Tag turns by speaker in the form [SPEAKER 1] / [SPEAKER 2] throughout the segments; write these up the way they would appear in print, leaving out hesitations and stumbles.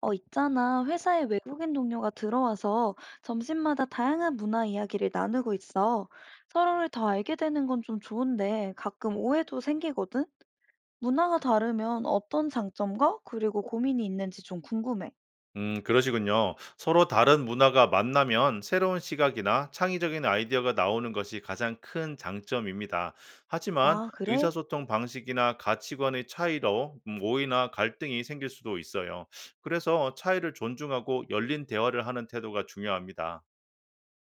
[SPEAKER 1] 어, 있잖아. 회사에 외국인 동료가 들어와서 점심마다 다양한 문화 이야기를 나누고 있어. 서로를 더 알게 되는 건 좀 좋은데 가끔 오해도 생기거든? 문화가 다르면 어떤 장점과 그리고 고민이 있는지 좀 궁금해.
[SPEAKER 2] 그러시군요. 서로 다른 문화가 만나면 새로운 시각이나 창의적인 아이디어가 나오는 것이 가장 큰 장점입니다. 하지만
[SPEAKER 1] 아, 그래?
[SPEAKER 2] 의사소통 방식이나 가치관의 차이로 오해나 갈등이 생길 수도 있어요. 그래서 차이를 존중하고 열린 대화를 하는 태도가 중요합니다.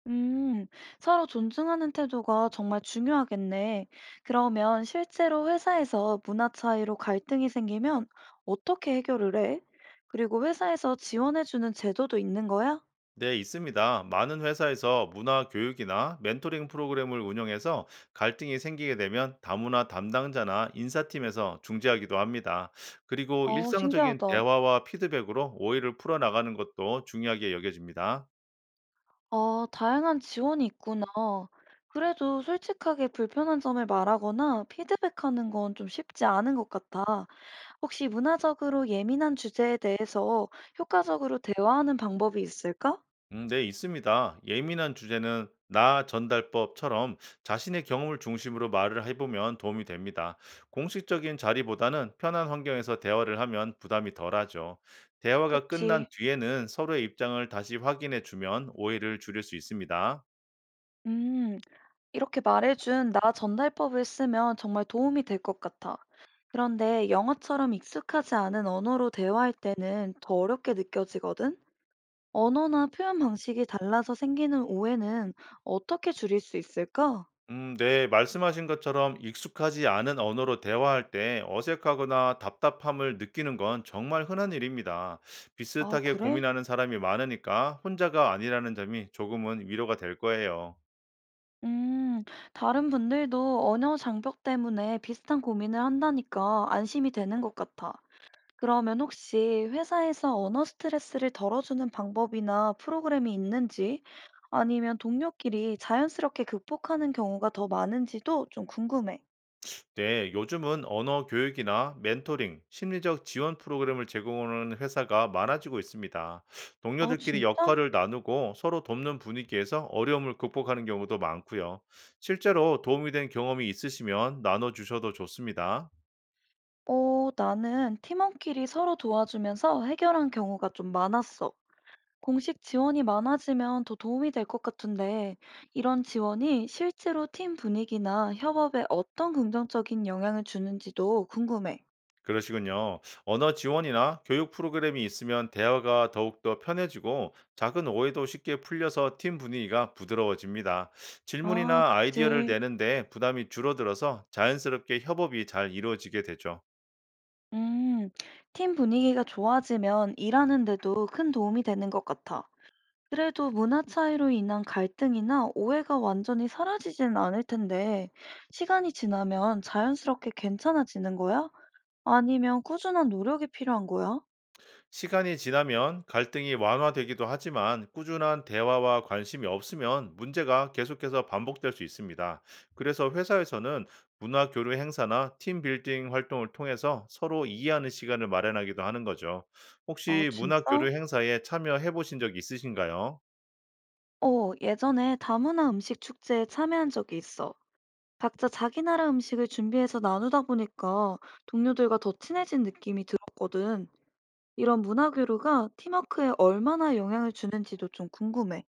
[SPEAKER 1] 음, 서로 존중하는 태도가 정말 중요하겠네. 그러면 실제로 회사에서 문화 차이로 갈등이 생기면 어떻게 해결을 해? 그리고 회사에서 지원해주는 제도도 있는 거야?
[SPEAKER 2] 네, 있습니다. 많은 회사에서 문화 교육이나 멘토링 프로그램을 운영해서 갈등이 생기게 되면 다문화 담당자나 인사팀에서 중재하기도 합니다. 그리고
[SPEAKER 1] 어,
[SPEAKER 2] 일상적인
[SPEAKER 1] 신기하다.
[SPEAKER 2] 대화와 피드백으로 오해를 풀어나가는 것도 중요하게 여겨집니다.
[SPEAKER 1] 아, 다양한 지원이 있구나. 그래도 솔직하게 불편한 점을 말하거나 피드백하는 건 좀 쉽지 않은 것 같아. 혹시 문화적으로 예민한 주제에 대해서 효과적으로 대화하는 방법이 있을까?
[SPEAKER 2] 네, 있습니다. 예민한 주제는 나 전달법처럼 자신의 경험을 중심으로 말을 해보면 도움이 됩니다. 공식적인 자리보다는 편한 환경에서 대화를 하면 부담이 덜하죠. 대화가 끝난
[SPEAKER 1] 그치.
[SPEAKER 2] 뒤에는 서로의 입장을 다시 확인해 주면 오해를 줄일 수 있습니다.
[SPEAKER 1] 음, 이렇게 말해준 나 전달법을 쓰면 정말 도움이 될 것 같아. 그런데 영어처럼 익숙하지 않은 언어로 대화할 때는 더 어렵게 느껴지거든? 언어나 표현 방식이 달라서 생기는 오해는 어떻게 줄일 수 있을까?
[SPEAKER 2] 네, 말씀하신 것처럼 익숙하지 않은 언어로 대화할 때 어색하거나 답답함을 느끼는 건 정말 흔한 일입니다.
[SPEAKER 1] 아,
[SPEAKER 2] 비슷하게
[SPEAKER 1] 그래?
[SPEAKER 2] 고민하는 사람이 많으니까 혼자가 아니라는 점이 조금은 위로가 될 거예요.
[SPEAKER 1] 음, 다른 분들도 언어 장벽 때문에 비슷한 고민을 한다니까 안심이 되는 것 같아. 그러면 혹시 회사에서 언어 스트레스를 덜어주는 방법이나 프로그램이 있는지, 아니면 동료끼리 자연스럽게 극복하는 경우가 더 많은지도 좀 궁금해.
[SPEAKER 2] 네, 요즘은 언어 교육이나 멘토링, 심리적 지원 프로그램을 제공하는 회사가 많아지고 있습니다.
[SPEAKER 1] 아,
[SPEAKER 2] 동료들끼리
[SPEAKER 1] 진짜?
[SPEAKER 2] 역할을 나누고 서로 돕는 분위기에서 어려움을 극복하는 경우도 많고요. 실제로 도움이 된 경험이 있으시면 나눠주셔도 좋습니다.
[SPEAKER 1] 어, 나는 팀원끼리 서로 도와주면서 해결한 경우가 좀 많았어. 공식 지원이 많아지면 더 도움이 될 것 같은데, 이런 지원이 실제로 팀 분위기나 협업에 어떤 긍정적인 영향을 주는지도 궁금해.
[SPEAKER 2] 그러시군요. 언어 지원이나 교육 프로그램이 있으면 대화가 더욱더 편해지고 작은 오해도 쉽게 풀려서 팀 분위기가 부드러워집니다.
[SPEAKER 1] 아,
[SPEAKER 2] 질문이나 아이디어를
[SPEAKER 1] 그치.
[SPEAKER 2] 내는데 부담이 줄어들어서 자연스럽게 협업이 잘 이루어지게 되죠.
[SPEAKER 1] 음, 팀 분위기가 좋아지면 일하는데도 큰 도움이 되는 것 같아. 그래도 문화 차이로 인한 갈등이나 오해가 완전히 사라지진 않을 텐데, 시간이 지나면 자연스럽게 괜찮아지는 거야? 아니면 꾸준한 노력이 필요한 거야?
[SPEAKER 2] 시간이 지나면 갈등이 완화되기도 하지만 꾸준한 대화와 관심이 없으면 문제가 계속해서 반복될 수 있습니다. 그래서 회사에서는 문화 교류 행사나 팀 빌딩 활동을 통해서 서로 이해하는 시간을 마련하기도 하는 거죠.
[SPEAKER 1] 아,
[SPEAKER 2] 혹시 문화 교류
[SPEAKER 1] 진짜?
[SPEAKER 2] 행사에 참여해 보신 적 있으신가요?
[SPEAKER 1] 어, 예전에 다문화 음식 축제에 참여한 적이 있어. 각자 자기 나라 음식을 준비해서 나누다 보니까 동료들과 더 친해진 느낌이 들었거든. 이런 문화 교류가 팀워크에 얼마나 영향을 주는지도 좀 궁금해.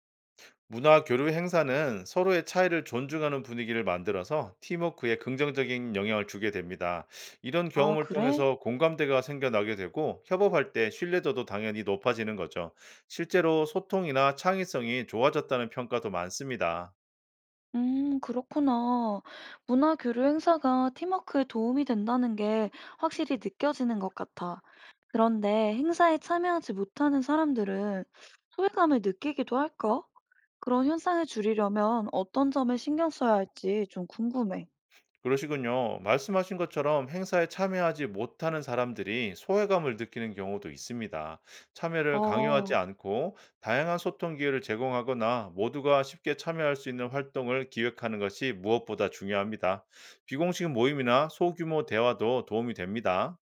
[SPEAKER 2] 문화 교류 행사는 서로의 차이를 존중하는 분위기를 만들어서 팀워크에 긍정적인 영향을 주게 됩니다. 이런
[SPEAKER 1] 아,
[SPEAKER 2] 경험을
[SPEAKER 1] 그래?
[SPEAKER 2] 통해서 공감대가 생겨나게 되고 협업할 때 신뢰도도 당연히 높아지는 거죠. 실제로 소통이나 창의성이 좋아졌다는 평가도 많습니다.
[SPEAKER 1] 그렇구나. 문화 교류 행사가 팀워크에 도움이 된다는 게 확실히 느껴지는 것 같아. 그런데 행사에 참여하지 못하는 사람들은 소외감을 느끼기도 할까? 그런 현상을 줄이려면 어떤 점을 신경 써야 할지 좀 궁금해.
[SPEAKER 2] 그러시군요. 말씀하신 것처럼 행사에 참여하지 못하는 사람들이 소외감을 느끼는 경우도 있습니다. 참여를 강요하지
[SPEAKER 1] 어,
[SPEAKER 2] 않고 다양한 소통 기회를 제공하거나 모두가 쉽게 참여할 수 있는 활동을 기획하는 것이 무엇보다 중요합니다. 비공식 모임이나 소규모 대화도 도움이 됩니다.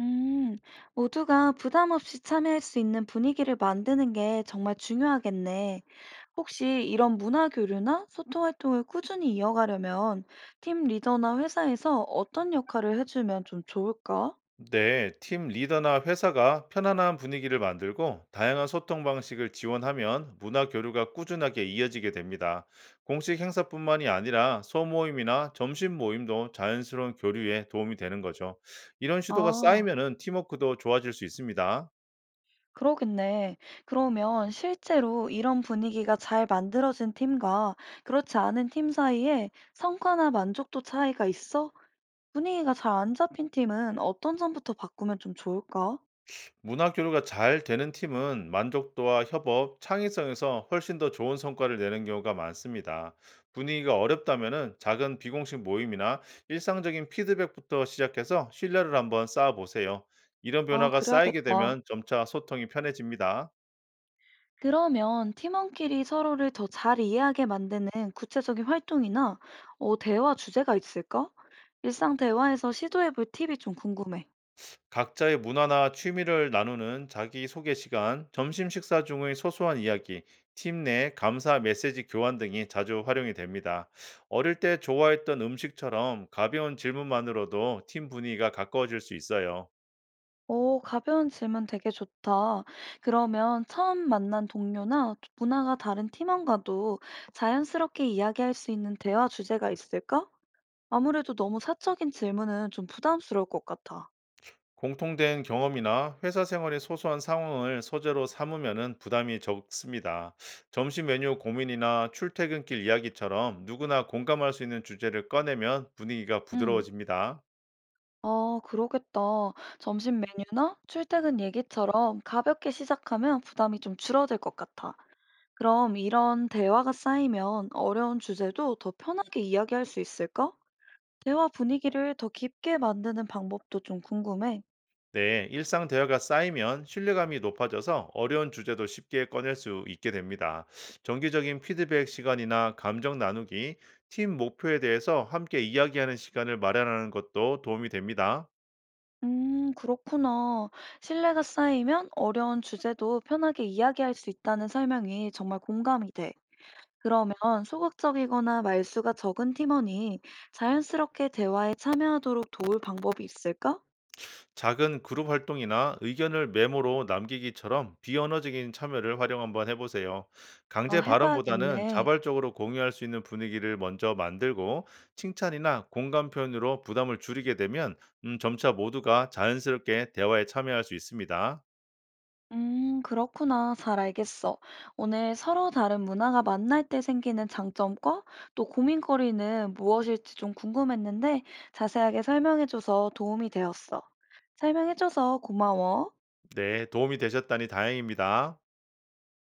[SPEAKER 1] 음, 모두가 부담 없이 참여할 수 있는 분위기를 만드는 게 정말 중요하겠네. 혹시 이런 문화 교류나 소통 활동을 꾸준히 이어가려면 팀 리더나 회사에서 어떤 역할을 해주면 좀 좋을까?
[SPEAKER 2] 네, 팀 리더나 회사가 편안한 분위기를 만들고 다양한 소통 방식을 지원하면 문화 교류가 꾸준하게 이어지게 됩니다. 공식 행사뿐만이 아니라 소모임이나 점심 모임도 자연스러운 교류에 도움이 되는 거죠. 이런 시도가
[SPEAKER 1] 아,
[SPEAKER 2] 쌓이면은 팀워크도 좋아질 수 있습니다.
[SPEAKER 1] 그러겠네. 그러면 실제로 이런 분위기가 잘 만들어진 팀과 그렇지 않은 팀 사이에 성과나 만족도 차이가 있어? 분위기가 잘 안 잡힌 팀은 어떤 점부터 바꾸면 좀 좋을까?
[SPEAKER 2] 문화 교류가 잘 되는 팀은 만족도와 협업, 창의성에서 훨씬 더 좋은 성과를 내는 경우가 많습니다. 분위기가 어렵다면 작은 비공식 모임이나 일상적인 피드백부터 시작해서 신뢰를 한번 쌓아보세요. 이런
[SPEAKER 1] 아,
[SPEAKER 2] 변화가 쌓이게
[SPEAKER 1] 그래야겠다.
[SPEAKER 2] 되면 점차 소통이 편해집니다.
[SPEAKER 1] 그러면 팀원끼리 서로를 더 잘 이해하게 만드는 구체적인 활동이나 대화 주제가 있을까? 일상 대화에서 시도해볼 팁이 좀 궁금해.
[SPEAKER 2] 각자의 문화나 취미를 나누는 자기소개 시간, 점심 식사 중의 소소한 이야기, 팀 내 감사 메시지 교환 등이 자주 활용이 됩니다. 어릴 때 좋아했던 음식처럼 가벼운 질문만으로도 팀 분위기가 가까워질 수 있어요.
[SPEAKER 1] 오, 가벼운 질문 되게 좋다. 그러면 처음 만난 동료나 문화가 다른 팀원과도 자연스럽게 이야기할 수 있는 대화 주제가 있을까? 아무래도 너무 사적인 질문은 좀 부담스러울 것 같아.
[SPEAKER 2] 공통된 경험이나 회사 생활의 소소한 상황을 소재로 삼으면 부담이 적습니다. 점심 메뉴 고민이나 출퇴근길 이야기처럼 누구나 공감할 수 있는 주제를 꺼내면 분위기가
[SPEAKER 1] 응.
[SPEAKER 2] 부드러워집니다.
[SPEAKER 1] 아, 그러겠다. 점심 메뉴나 출퇴근 얘기처럼 가볍게 시작하면 부담이 좀 줄어들 것 같아. 그럼 이런 대화가 쌓이면 어려운 주제도 더 편하게 이야기할 수 있을까? 대화 분위기를 더 깊게 만드는 방법도 좀 궁금해.
[SPEAKER 2] 네, 일상 대화가 쌓이면 신뢰감이 높아져서 어려운 주제도 쉽게 꺼낼 수 있게 됩니다. 정기적인 피드백 시간이나 감정 나누기, 팀 목표에 대해서 함께 이야기하는 시간을 마련하는 것도 도움이 됩니다.
[SPEAKER 1] 그렇구나. 신뢰가 쌓이면 어려운 주제도 편하게 이야기할 수 있다는 설명이 정말 공감이 돼. 그러면 소극적이거나 말수가 적은 팀원이 자연스럽게 대화에 참여하도록 도울 방법이 있을까?
[SPEAKER 2] 작은 그룹 활동이나 의견을 메모로 남기기처럼 비언어적인 참여를 활용 한번 해보세요. 강제
[SPEAKER 1] 아,
[SPEAKER 2] 발언보다는
[SPEAKER 1] 해봐야겠네.
[SPEAKER 2] 자발적으로 공유할 수 있는 분위기를 먼저 만들고 칭찬이나 공감 표현으로 부담을 줄이게 되면 점차 모두가 자연스럽게 대화에 참여할 수 있습니다.
[SPEAKER 1] 그렇구나. 잘 알겠어. 오늘 서로 다른 문화가 만날 때 생기는 장점과 또 고민거리는 무엇일지 좀 궁금했는데 자세하게 설명해줘서 도움이 되었어. 설명해줘서 고마워.
[SPEAKER 2] 네, 도움이 되셨다니 다행입니다.